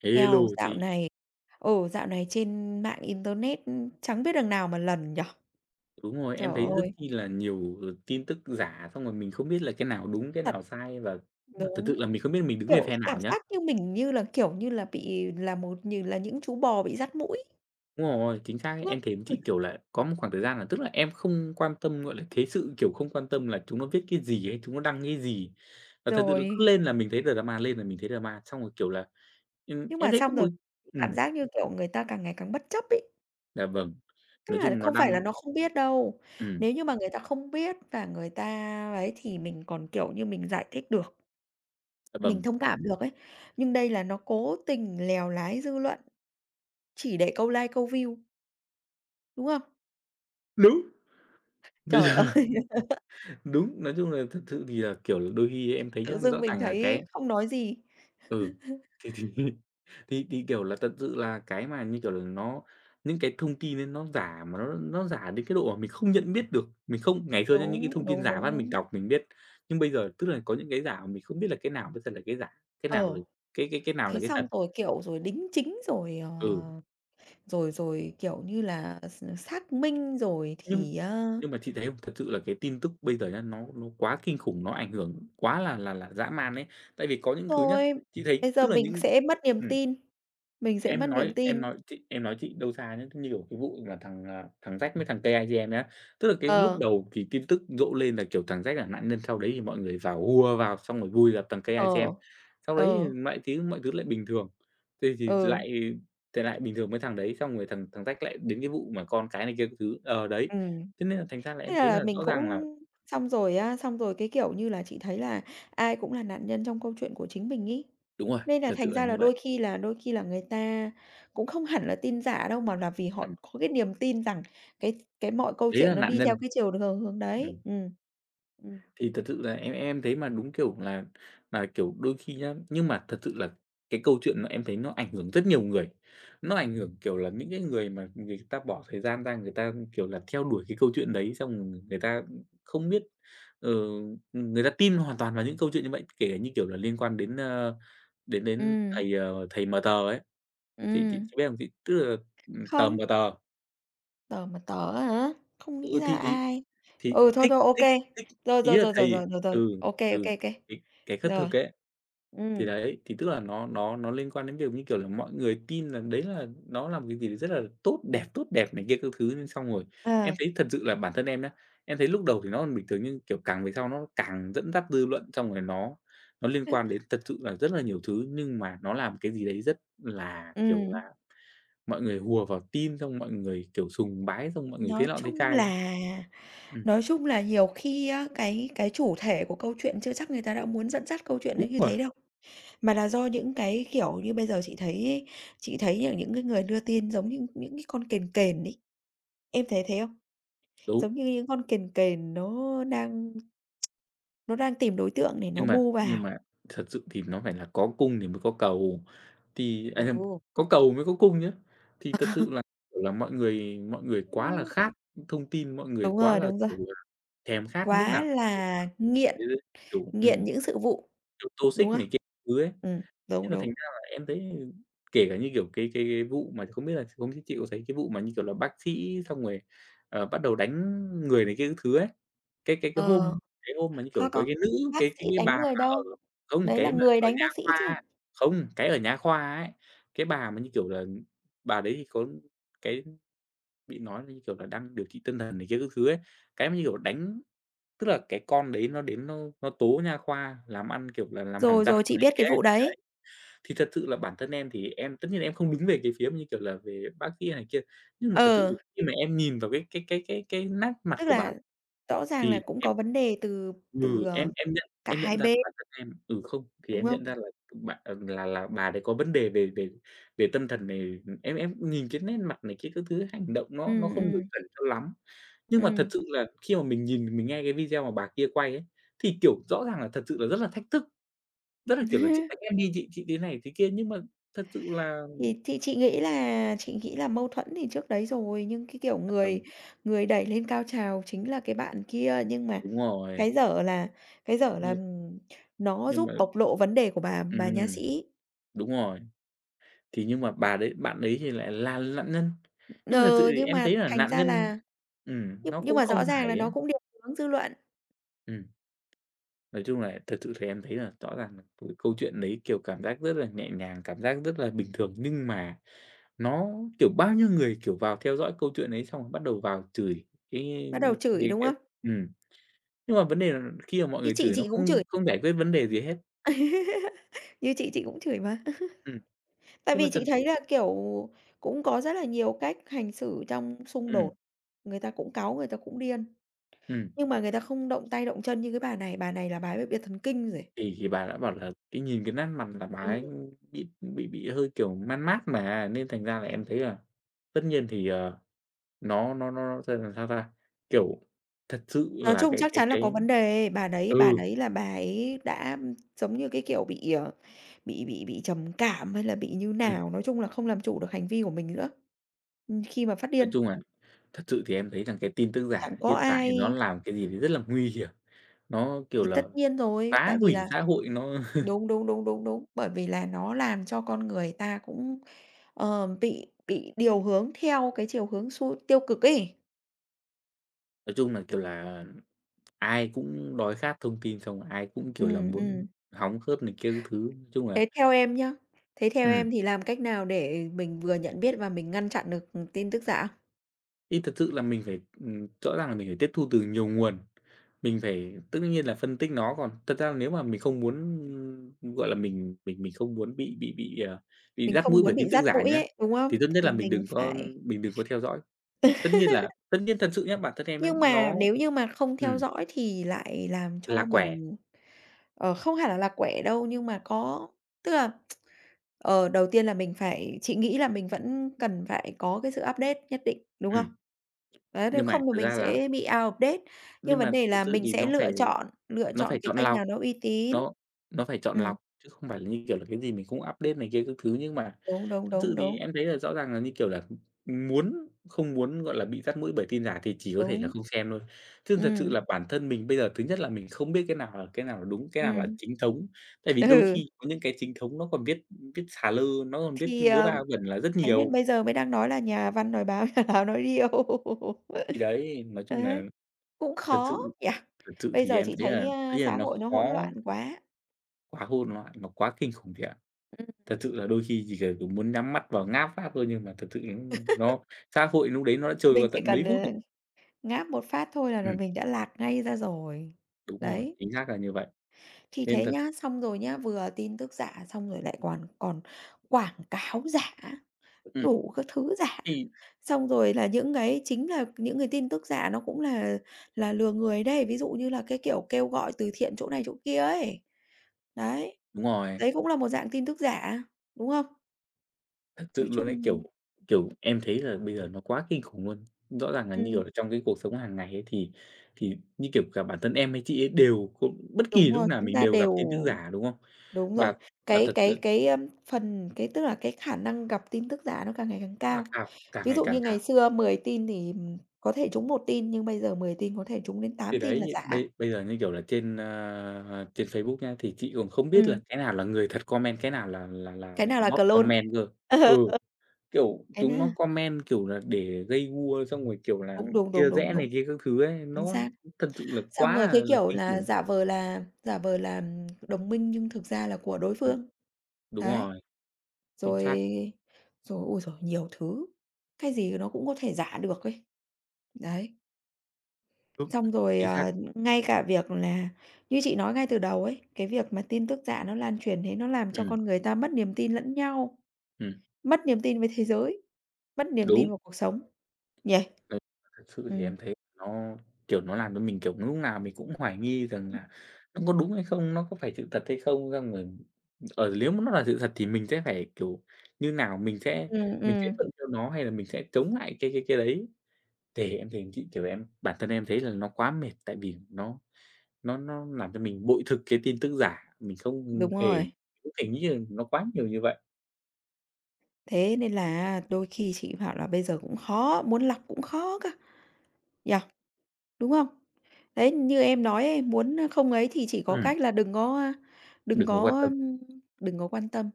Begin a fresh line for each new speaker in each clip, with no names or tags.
Hello
Eo, dạo
chị,
này ừ, dạo này trên mạng internet, chẳng biết đằng nào mà lần nhở.
đúng rồi,
Trời
em thấy rất
ơi,
chi là nhiều, tin tức giả, xong rồi mình không biết là cái nào đúng, cái
thật.
nào sai và thực sự
Đúng,
là mình không biết mình đứng về
kiểu,
phe nào
cảm
nhá.
giác như mình như là, kiểu như là, bị là một như là những chú bò bị dắt mũi,
Đúng rồi, chính xác ấy,
đúng không?
em thấy chị, kiểu là, có một khoảng thời gian là tức là em không quan tâm, gọi là, thế sự, kiểu, không quan tâm là chúng nó viết cái gì hay chúng nó đăng cái gì. Và thật sự là cứ
Rồi,
lên là mình thấy drama, lên là mình thấy drama, xong rồi, kiểu là,
nhưng
em
mà
thấy có
xong rồi
một ừm,
cảm giác như, kiểu, người ta càng ngày càng bất chấp ấy,
là vâng,
tức
nói
là
chung nó
không phải là
đăng
nó không biết đâu.
ừm,
Nếu như mà người ta không biết và người ta ấy thì mình còn, kiểu như, mình giải thích được,
là
mình
vâng,
thông cảm được ấy, nhưng đây là nó cố tình lèo lái dư luận. Chỉ để câu like, câu view, đúng không?
đúng, nói
Trời
chung
ơi,
đúng, nói chung là thật sự thì là, kiểu là, đôi khi em thấy
tự
nhá,
dưng
rõ
mình
ràng là cái.
thấy không nói gì.
Ừ, thì kiểu là, thật sự là cái mà, như kiểu là, nó những cái thông tin ấy nó giả mà nó giả đến cái độ mà mình không nhận biết được. Mình không ngày xưa nhá, những cái
Đúng,
thông tin
đúng,
giả
đúng,
phát mình
đúng.
đọc mình biết, nhưng bây giờ tức là có những cái giả mà mình không biết là cái nào mới thật là cái giả, cái nào là
Ờ,
cái nào là
thế
cái
xong
thật.
rồi, kiểu, rồi đính chính rồi,
Ừ,
rồi rồi, kiểu như là, xác minh rồi
nhưng
thì, ơ,
nhưng mà chị thấy không? Thật sự là cái tin tức bây giờ nhá, nó quá kinh khủng, nó ảnh hưởng quá là dã man ấy. Tại vì có những thứ nhá,
thôi,
chị thấy
bây giờ
tức là
mình
những
sẽ mất niềm
ừm.
tin, mình
Cái
sẽ mất
em
niềm
nói em
tin.
nói chị em nói chị đâu xa nhá, như kiểu cái vụ là thằng, à, thằng Jack với thằng K-IGN á. Tức là cái lúc
Ờ,
đầu thì tin tức rộ lên là, kiểu, thằng Jack là nạn nhân, sau đấy thì mọi người vào hùa vào xong rồi vui gặp thằng K-IGN.
ờ,
Sau đấy thì
ờ,
mọi thứ lại bình thường, thì thì
ừ,
lại thì lại bình thường với thằng đấy, xong rồi thằng thằng Jack lại đến cái vụ mà con cái này kia các thứ. Ờ, đấy,
ừm.
thế nên là thành ra là
Thế
em thấy
là
là
mình
rõ ràng là
cũng xong rồi á, xong rồi cái, kiểu như là, chị thấy là ai cũng là nạn nhân trong câu chuyện của chính mình ấy.
đúng rồi,
Nên là
thật sự
thành
là
ra
như
là
vậy.
đôi khi là người ta cũng không hẳn là tin giả đâu, mà là vì
Ừm,
họ có cái niềm tin rằng cái mọi câu
đấy là
chuyện nó
nạn
đi theo
nhân.
cái chiều hướng hướng đấy.
Ừm.
Ừ, ừ,
Thì thật sự là em thấy mà đúng, kiểu là kiểu, đôi khi nhá nhưng mà thật sự là cái câu chuyện mà em thấy nó ảnh hưởng rất nhiều người. Nó ảnh hưởng, kiểu là, những cái người mà người ta bỏ thời gian ra, người ta, kiểu là, theo đuổi cái câu chuyện đấy, xong rồi người ta không biết, ờ, người ta tin hoàn toàn vào những câu chuyện như vậy, kể cả như, kiểu là, liên quan đến, đến
ừm,
thầy, thầy mờ tờ ấy, thì chị
ừm.
chị biết không? Chị tức là, tờ
Không,
MT,
tớ mà tớ hả? Không nghĩ
ừ,
ra là
thì thì
ai.
thì
Ừ, thôi,
thích
thôi, ok.
thích thích
Rồi,
ý
rồi,
là
rồi, rồi,
thầy,
rồi, rồi, rồi.
ừ,
Ok
ừ,
kê, ô.
cái khất
Rồi.
thực ấy. Thì
Ừ,
đấy, thì tức là nó liên quan đến việc, như kiểu là, mọi người tin là đấy là nó là một cái gì đấy rất là tốt đẹp này kia các thứ, nên xong rồi em
ờ,
thấy thật sự là bản thân em nhá, em thấy lúc đầu thì nó còn bình thường, nhưng, kiểu, càng về sau nó càng dẫn dắt dư luận, xong rồi nó liên quan đến thật sự là rất là nhiều thứ, nhưng mà nó làm cái gì đấy rất là, kiểu
ừm.
là, mọi người hùa vào tin, xong mọi người, kiểu, sùng bái, xong mọi người thế
Nói
nọ thế
chung
chai.
là
Ừm,
nói chung là nhiều khi á, cái chủ thể của câu chuyện chưa chắc người ta đã muốn dẫn dắt câu chuyện
đúng
đến như
rồi,
thế đâu, mà là do những cái, kiểu như, bây giờ chị thấy ấy, chị thấy là những cái người đưa tin giống như những cái con kền kền ấy, em thấy thế không?
đúng,
Giống như những con kền kền nó đang tìm đối tượng để nó
nhưng mà
bu
nhưng
vào.
mà thật sự thì nó phải là có cung thì mới có cầu. Thì, à nhầm,
Ồ.
có cầu mới có cung nhá. Thì thật sự là, kiểu là, mọi người quá là
Ừm,
khát thông tin, mọi người quá là,
đúng rồi,
kiểu là, thèm khát lúc
quá
nào
là nghiện
kiểu,
nghiện những sự vụ,
kiểu,
đúng
toxic
không?
này kia thứ ấy.
Ừ,
Thế
đúng,
là
đúng.
thành ra là em thấy, kể cả như, kiểu, cái vụ mà không biết là không biết chị có thấy cái vụ mà, như kiểu là, bác sĩ xong rồi, bắt đầu đánh người này kia các thứ ấy. Cái cái cái
Ờ.
hôm cái hôm mà, như kiểu, có
Có,
cái nữ
bác
cái cái
sĩ
cái bà
đánh người
mà ở
đâu,
không,
đấy là
cái mà
người
ở
đánh
nhà
bác sĩ chứ.
khoa không, cái ở nhà khoa ấy, cái bà mà, như kiểu là, bà đấy thì có cái bị nói là, như kiểu là, đang điều trị tâm thần này kia các thứ ấy. Cái mà, như kiểu, đánh tức là cái con đấy nó đến nó tố nha khoa làm ăn, kiểu là, làm hỏng
Rồi,
răng
rồi, chị
này
biết
kia
cái
ấy.
vụ đấy.
Thì thật sự là bản thân em thì em tất nhiên là em không đứng về cái phía như kiểu là, về bác sĩ này kia, nhưng mà thật sự
Ờ,
khi mà em nhìn vào cái nét mặt
tức
của bà
là rõ ràng là
thì
cũng
em,
có vấn đề từ từ,
ừ, em
ờ,
em nhận
cả
em
hai
nhận ra là
bên,
bản thân em, không, thì
đúng
em
không?
nhận ra là là bà đấy có vấn đề về về về tâm thần này. Em nhìn cái nét mặt này cái các thứ, hành động nó
Ừm,
không được
ừm,
chuẩn cho lắm. Nhưng mà thật
ừm.
sự là khi mà mình nhìn, mình nghe cái video mà bà kia quay ấy, thì, kiểu, rõ ràng là thật sự là rất là thách thức, rất là, kiểu là, "Chị đánh em đi, chị thế này thế kia." Nhưng mà thật sự là.
Thì chị nghĩ là mâu thuẫn thì trước đấy rồi, nhưng cái kiểu
Ừm,
người người đẩy lên cao trào chính là cái bạn kia, nhưng mà
đúng rồi,
cái dở là cái dở là,
nhưng
nó
nhưng
giúp
mà
bộc lộ vấn đề của bà nha
ừm,
sĩ.
đúng rồi, thì nhưng mà bà đấy bạn đấy thì lại là nạn nhân. Nhưng mà thật sự
Ờ,
thì
nhưng
em
mà
thấy là
thành
nạn
ra
nhân
là
ừm,
Nhưng
nó
nhưng
cũng
mà
không
rõ
phải
ràng là nó
ấy.
cũng định hướng dư luận,
Ừm, nói chung là thật sự thì em thấy là rõ ràng là câu chuyện đấy, kiểu, cảm giác rất là nhẹ nhàng, cảm giác rất là bình thường, nhưng mà nó, kiểu, bao nhiêu người, kiểu, vào theo dõi câu chuyện ấy xong rồi bắt đầu vào chửi
bắt đầu chửi, đúng
cái
không?
ừm, nhưng mà vấn đề là khi mà mọi
Như
người
chị
chửi nó
chị cũng
không
chửi,
không giải quyết vấn đề gì hết.
như chị cũng chửi mà.
Ừm,
Tại
nhưng mà
vì
thật
chị
sự
thấy là, kiểu, cũng có rất là nhiều cách hành xử trong xung
ừm,
đột, người ta cũng cáu, người ta cũng điên,
ừm.
nhưng mà người ta không động tay động chân như cái bà này là bà ấy bị bệnh thần kinh rồi.
Thì bà đã bảo là cái nhìn cái nét mặt là bà
Ừm,
ấy bị hơi, kiểu, man mát mà, nên thành ra là em thấy là tất nhiên thì, nó sẽ làm sao ta? Kiểu, thật sự
nói
là
chung chắc chắn là có vấn đề,
ừ,
bà đấy là bà ấy đã, giống như cái kiểu, bị trầm cảm hay là bị như
ừm,
nào, nói chung là không làm chủ được hành vi của mình nữa, khi mà phát
nói
điên.
chung là thật sự thì em thấy rằng cái tin tức
Chẳng
giả
có
hiện tại nó
ai
làm cái gì đấy rất là nguy hiểm, nó, kiểu
Thì
là,
tất nhiên rồi,
phá
tại vì
hủy
là
xã hội, nó.
đúng, đúng, đúng, đúng, đúng, bởi vì là nó làm cho con người ta cũng, bị điều hướng theo cái chiều hướng xu tiêu cực ấy.
Nói chung là, kiểu là, ai cũng đói khát thông tin, xong ai cũng, kiểu là,
Ừ,
muốn
ừm.
hóng hớt này kia các thứ, nói chung là.
Thế theo em nhá, thế theo
Ừm.
em thì làm cách nào để mình vừa nhận biết và mình ngăn chặn được, tin tức giả?
Thì thật sự là mình phải, rõ ràng là mình phải tiếp thu từ nhiều nguồn. Mình phải tất nhiên là phân tích nó, còn thật ra nếu mà mình không muốn, gọi là, mình không muốn bị bị
Mình
dắt
không
mũi bởi
muốn
tin
bị
tức
dắt
giả
mũi
nhá,
ấy, đúng không?
thì tốt nhất
Thì
là mình
mình
đừng có
phải
theo dõi. Tất nhiên thật sự nhé, bản thân em á,
nhưng mà
nó,
nếu như mà không theo
ừm,
dõi thì lại làm
là
cho
quẻ,
mình, không hẳn là lạc quẻ đâu, nhưng mà có tức là Ờ, đầu tiên là mình phải chị nghĩ là mình vẫn cần phải có cái sự update nhất định, đúng
ừm,
không? Đấy, nếu
nhưng mà
không thì
thực
mình
ra là
sẽ bị out of date. Nhưng
nhưng
vấn
mà
đề
thực
là
sự
mình
thì
sẽ lựa
nó phải
chọn cái
chọn
kênh
lọc.
nào nó uy tín.
Nó nó phải chọn
Ừm,
lọc, chứ không phải là, như kiểu là, cái gì mình cũng update này kia các thứ. Nhưng mà
đúng, đúng,
thật
đúng,
sự thì
đúng,
em thấy là rõ ràng là, như kiểu là, muốn không muốn, gọi là, bị dắt mũi bởi tin giả thì chỉ có thể là
đúng.
không xem thôi. Chứ thật sự
Ừm,
là bản thân mình bây giờ thứ nhất là mình không biết cái nào là đúng, cái nào là
ừm,
chính thống. Tại vì đôi
ừ,
khi có những cái chính thống nó còn viết viết xà lơ, nó còn viết
thì,
vớ va vẩn là rất
thế
nhiều.
nên bây giờ mới đang nói là nhà văn nói báo, nhà báo nói điêu.
Thì đấy, nói chung là
Đấy, cũng
thật
khó
sự
nhỉ?
thật sự
Bây
thì
giờ
em
chị
thấy là
thấy,
tất
a,
nhiên là
xã
nó
hội nó hỗn
khó
loạn quá.
quá hôn loạn, nó quá kinh khủng thiệt.
Ừm,
Thật sự là đôi khi chỉ cần, kiểu, muốn nhắm mắt vào ngáp pháp thôi, nhưng mà thật sự nó xã hội lúc đấy nó đã trôi qua
mình chỉ
tận
cần,
mấy phút
ờ
rồi.
Ngáp một phát thôi là
Ừm,
mình đã lạc ngay ra rồi.
đúng rồi,
Đấy,
chính xác là như vậy.
thì
Nên
thế
thật
nhá,
sự,
xong rồi nhá, vừa tin tức giả xong rồi lại còn còn quảng cáo giả,
ừm,
đủ các thứ giả.
thì
Xong rồi là những cái chính là những cái tin tức giả nó cũng là lừa người đấy, ví dụ như là cái kiểu kêu gọi từ thiện chỗ này chỗ kia ấy. Đấy,
đúng rồi,
đấy cũng là một dạng tin tức giả, đúng không?
thật sự
Nói
luôn ấy, kiểu,
chung
kiểu, em thấy là bây giờ nó quá kinh khủng luôn. Rõ ràng là như kiểu
ừm,
là trong cái cuộc sống hàng ngày ấy thì như kiểu cả bản thân em hay chị ấy đều có bất kỳ
đúng
lúc
rồi,
nào
chúng
mình
ta
đều gặp
đều
tin tức giả, đúng không?
đúng rồi,
Và và
cái
thật
cái
sự
cái, phần cái tức là cái khả năng gặp tin tức giả nó càng ngày càng
và
cao.
càng càng
Ví
ngày
dụ
càng
như
cao.
ngày xưa 10 tin thì, có thể trúng một tin, nhưng bây giờ 10 tin có thể trúng đến
Thì
tám tin là
đấy,
giả.
bây bây giờ, như kiểu là, trên, trên Facebook nhá, thì chị còn không biết
Ừm.
là cái nào là người thật comment, cái nào là là là
Cái nào
là
là
bot
clone?
comment cơ. Ừ,
Ừ.
kiểu,
Cái na
chúng nó comment, kiểu là, để gây gu xong rồi, kiểu là,
đúng, đúng, đúng,
chia
đúng,
rẽ
đúng,
này kia các thứ ấy,
chính
nó
xác.
thật sự là
Xong rồi
quá là
cái
là
kiểu
kinh
là
khủng.
giả vờ là, đồng minh nhưng thực ra là của đối
Ừm,
phương.
đúng
Đấy,
rồi, chính
rồi
xác.
rồi, ôi giời, nhiều thứ, cái gì nó cũng có thể giả được ấy. Đấy.
Đúng.
Xong rồi,
Chính xác.
ngay cả việc là như chị nói ngay từ đầu ấy, cái việc mà tin tức giả nó lan truyền thế nó làm cho
Ừm,
con người ta mất niềm tin lẫn nhau,
ừm,
mất niềm tin với thế giới, mất niềm tin
đúng.
vào cuộc sống, nhỉ?
Ừm, thật sự thì
Ừm,
em thấy nó, kiểu, nó làm cho mình, kiểu, lúc nào mình cũng hoài nghi rằng là nó có đúng hay không, nó có phải sự thật hay không, xong rồi ở nếu mà nó là sự thật thì mình sẽ phải, kiểu, như nào, mình sẽ
ừm,
mình sẽ
ừm,
thuận theo nó hay là mình sẽ chống lại cái đấy. Thì em thấy chị, kiểu, em bản thân em thấy là nó quá mệt, tại vì nó làm cho mình bội thực cái tin tức giả, mình không
đúng
hề
rồi.
không hề nghĩ là nó quá nhiều như vậy.
Thế nên là đôi khi chị bảo là bây giờ cũng khó, muốn lọc cũng khó cơ, nhỉ, đúng không? Đấy, như em nói ấy, muốn, không ấy thì chỉ có
Ừm,
cách là đừng có, đừng
đừng có quan
có,
tâm.
đừng có quan tâm,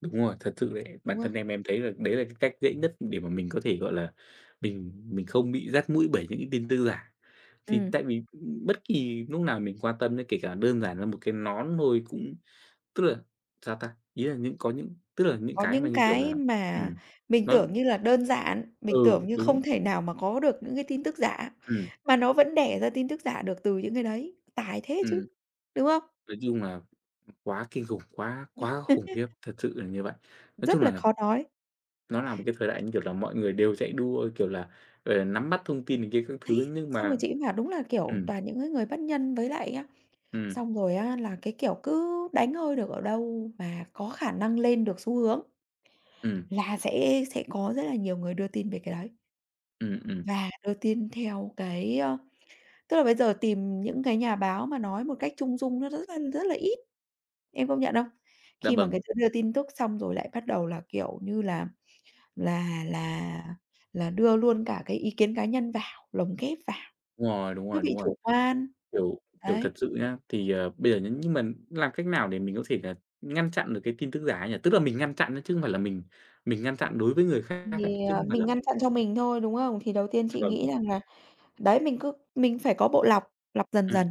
Đúng rồi, thật sự đấy, bản
đúng
thân
không?
em thấy là đấy là cái cách dễ nhất để mà mình có thể, gọi là, mình không bị dắt mũi bởi những cái tin tức giả. Thì
Ừm.
tại vì, bất kỳ lúc nào mình quan tâm đến kể cả đơn giản là một cái nón thôi cũng tức là, sao ta, ý là những có những tức là những
Có
cái mà,
những
như kiểu
cái
là,
mà
ừm,
mình
nó
tưởng như là đơn giản, mình
ừ,
tưởng như không
đúng,
thể nào mà có được những cái tin tức giả,
ừm,
mà nó vẫn đẻ ra tin tức giả được từ những cái đấy, tài thế chứ,
ừm,
đúng không?
nói chung là quá kinh khủng, quá quá khủng khiếp, thật sự là như vậy. Nói chung
Rất là
là
khó nói.
nó là một cái thời đại, như kiểu là, mọi người đều chạy đua, kiểu là, ờ, nắm bắt thông tin này kia các thứ,
Đấy,
nhưng
xong rồi
mà
chị bảo đúng là, kiểu,
ừm,
toàn những cái người bất nhân với lại á
ừm,
xong rồi á là cái, kiểu, cứ đánh hơi được ở đâu mà có khả năng lên được xu hướng
ừm,
là sẽ có rất là nhiều người đưa tin về cái đấy,
ừm, ừm,
và đưa tin theo cái. Tức là bây giờ tìm những cái nhà báo mà nói một cách trung dung nó rất là ít, em công nhận không?
dạ
Khi mà
vâng,
người ta đưa tin tức xong rồi lại bắt đầu là, kiểu như là, là là là đưa luôn cả cái ý kiến cá nhân vào, lồng ghép vào,
đúng rồi, đúng
nó
rồi,
bị
đúng rồi.
chủ quan.
Kiểu kiểu,
Đấy,
thật sự nhá, thì, ờ, bây giờ nhá nhưng mà làm cách nào để mình có thể là ngăn chặn được cái tin tức giả ấy nhỉ? Tức là mình ngăn chặn nhá, chứ không phải là mình ngăn chặn đối với người khác ấy,
thì,
chứ không phải là
mình ngăn
mình
chặn cho mình thôi, đúng không? Thì đầu tiên
dạ
chị
vâng,
nghĩ rằng là đấy, mình phải có bộ lọc, lọc dần
ừm,
dần.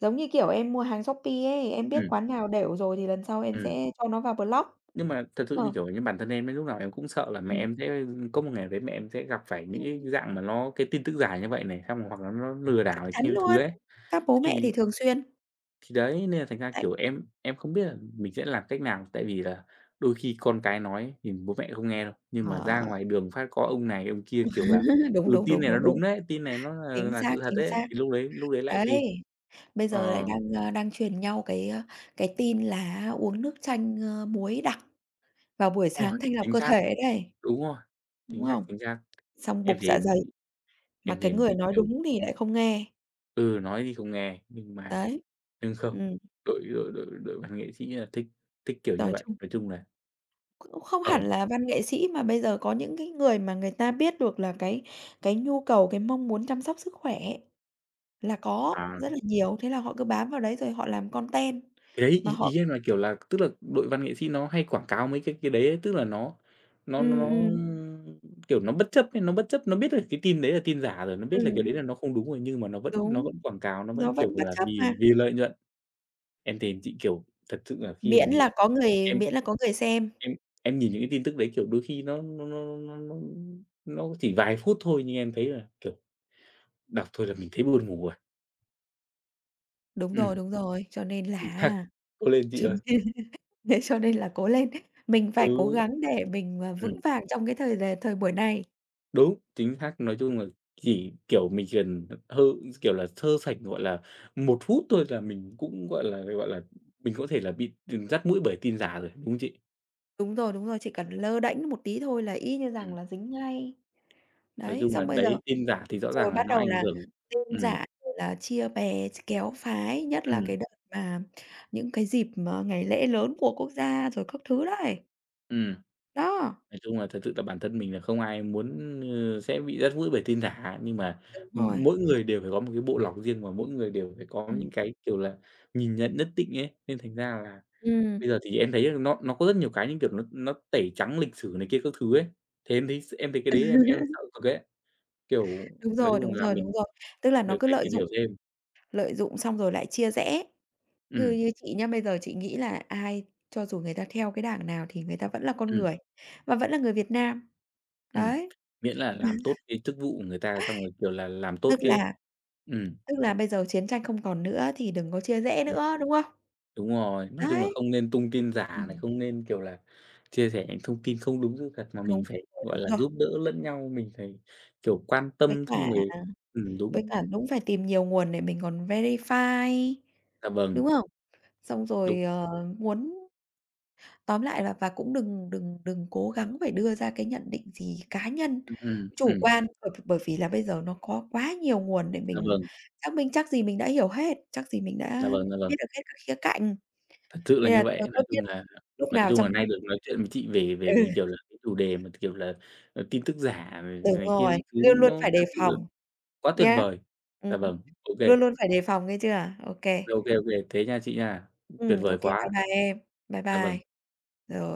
Giống như, kiểu, em mua hàng Shopee ấy, em biết
ừm,
quán nào đểu rồi thì lần sau em
ừm.
sẽ cho nó vào block.
Nhưng mà thật sự, như
Ờ,
kiểu, như bản thân em ấy, lúc nào em cũng sợ là mẹ em sẽ có một ngày nào đấy mẹ em sẽ gặp phải những cái
ừm.
dạng mà nó cái tin tức giả như vậy này, xong rồi hoặc là nó lừa đảo
Chắc
này
chắn
kia các thứ
luôn.
ấy,
Các bố mẹ
thì
thì thường xuyên
thì đấy, nên là thành ra,
tại
kiểu, em không biết là mình sẽ làm cách nào, tại vì là đôi khi con cái nói thì bố mẹ không nghe đâu, nhưng mà ra
ờ,
ngoài đường phát có ông này ông kia, kiểu là,
đúng,
ừ,
đúng,
tin
đúng,
này nó
đúng,
đúng
đúng,
đấy, tin này nó là
chính
là
xác,
sự thật
chính
đấy,
xác.
thì lúc đấy lại tin.
Đấy, bây giờ lại
Ờ,
đang truyền nhau cái tin là uống nước chanh, ơ, muối đặc vào buổi
ôi,
sáng thanh lọc
chính
cơ
xác,
thể đấy,
đúng rồi, chính
đúng
xác,
không?
chính xác.
Xong
Em
bục
thì
dạ
em
dày, mà cái
thì
người
chỉ,
nói
kiểu,
đúng thì lại không nghe,
ừ, nói thì không nghe, nhưng mà
đấy.
nhưng không,
Ừm,
đội đội đội đội văn nghệ sĩ là thích thích kiểu như
nói
vậy.
chung
Nói chung là
cũng không
ở
hẳn là văn nghệ sĩ mà bây giờ có những cái người mà người ta biết được là cái nhu cầu, cái mong muốn chăm sóc sức khỏe. Là có, rất là nhiều, thế là họ cứ bám vào đấy rồi họ làm content
Thì đấy,
mà
ý
họ
ý em là, kiểu là, tức là đội văn nghệ sĩ nó hay quảng cáo mấy cái đấy ấy, tức là nó nó nó
ừm,
nó,
ừm,
kiểu, nó bất chấp ấy, nó bất chấp, nó biết là cái tin đấy là tin giả rồi, nó biết là cái
ừm,
đấy là nó không đúng rồi, nhưng mà nó vẫn nó
đúng,
vẫn quảng cáo, nó vẫn,
nó vẫn
kiểu
bất
là,
chấp
vì
mà,
vì lợi nhuận. Em thề chị, kiểu, thật sự là khi mà
miễn
nhìn
là có người
em
miễn là có người xem.
em em nhìn những cái tin tức đấy, kiểu, đôi khi nó chỉ vài phút thôi nhưng em thấy là, kiểu, đọc thôi là mình thấy buồn ngủ rồi. Ừm,
Đúng rồi, cho nên là
chính xác.
á
Cố lên chị
chính
ơi.
thế cho nên là cố lên, mình phải cố
Ừ.
gắng để mình, vững
Ừm.
vàng trong cái thời buổi này.
Đúng, chính xác. Nói chung là chỉ, kiểu, mình chỉ cần hơ kiểu là, sơ sảnh, gọi là, một phút thôi là mình cũng, gọi là, mình có thể là bị t dắt mũi bởi tin giả rồi, đúng không chị?
Đúng rồi, chỉ cần lơ đễnh một tí thôi là y như rằng
Ừm.
là dính ngay.
Nói
Đấy,
chung là
xong bây giờ
đấy, tin giả thì rõ
rồi
ràng là
bắt
nó
đầu
ảnh
là
hưởng
tin
ừm,
giả rồi là chia bè, kéo phái, nhất là
ừm,
cái đợt mà những cái dịp mà ngày lễ lớn của quốc gia rồi các thứ đấy.
ừm.
Đó,
Nói chung là thật sự là bản thân mình là không ai muốn, ơ, sẽ bị dắt mũi bởi tin giả, nhưng mà,
đúng rồi,
mỗi người đều phải có một cái bộ lọc riêng và mỗi người đều phải có
ừm,
những cái, kiểu là, nhìn nhận nhất định ấy, nên thành ra là
ừm,
Bây giờ thì em thấy là nó có rất nhiều cái, như kiểu, nó tẩy trắng lịch sử này kia các thứ ấy. Thế em thấy s em thấy cái đấy em sợ cực ấy. Kiểu,
đúng
nói
rồi,
chung
đúng
là
rồi, đúng
mình
rồi. Tức là nó
mình
cứ
phải tìm hiểu thêm.
lợi dụng xong rồi lại chia rẽ. Như
Ừm,
như chị nhá, bây giờ chị nghĩ là ai cho dù người ta theo cái đảng nào thì người ta vẫn là con
ừm,
người và vẫn là người Việt Nam.
ừm.
Đấy,
Miễn là làm tốt cái chức vụ của người ta, xong rồi, kiểu là, làm tốt
tức
cái
là
ừm,
Tức là bây giờ chiến tranh không còn nữa thì đừng có chia rẽ
ừm,
nữa, đúng không?
đúng rồi. Nói chung là
Đấy.
không nên tung tin giả này,
Ừm,
không nên, kiểu là, chia sẻ những thông tin không đúng sự thật, mà mình
đúng
phải,
rồi,
gọi
đúng
là,
rồi.
giúp đỡ lẫn nhau, mình phải, kiểu, quan
Với
tâm
cả
xong rồi
với
đúng.
cả đúng phải tìm nhiều nguồn để mình còn verify,
Dạ vâng,
đúng không? Xong
đúng.
rồi, muốn tóm lại là và cũng đừng đừng đừng cố gắng phải đưa ra cái nhận định gì cá nhân,
Ừm, ừm,
chủ
ừm.
quan, bởi bởi vì là bây giờ nó có quá nhiều nguồn để
Dạ
mình
vâng,
xác minh, chắc gì mình đã hiểu hết, chắc gì mình
dạ
đã
vâng, dạ vâng.
biết được hết các khía cạnh.
Thật sự là
Nên
như
là
vậy.
thôi tốt
Nói chung
nhất
là
lúc
nói
nào
chung là
trong
nay được nói chuyện với chị về về
ừ.
về, như kiểu là, cái chủ đề mà, kiểu là, ờ, tin tức giả rồi
Đúng
rồi này kia
rồi,
các thứ
luôn luôn
nó
phải
thật
đề
sự là
phòng
quá tuyệt
nhá.
vời.
Ừm,
Dạ vâng, ô
luôn
kê,
luôn phải đề phòng nghe chưa? Ô kê.
ô kê, thế nha chị nha. Tuyệt
Ô
vời
kê, bye
quá.
bye em. Bye
Dạ
bye.
vâng.
Rồi.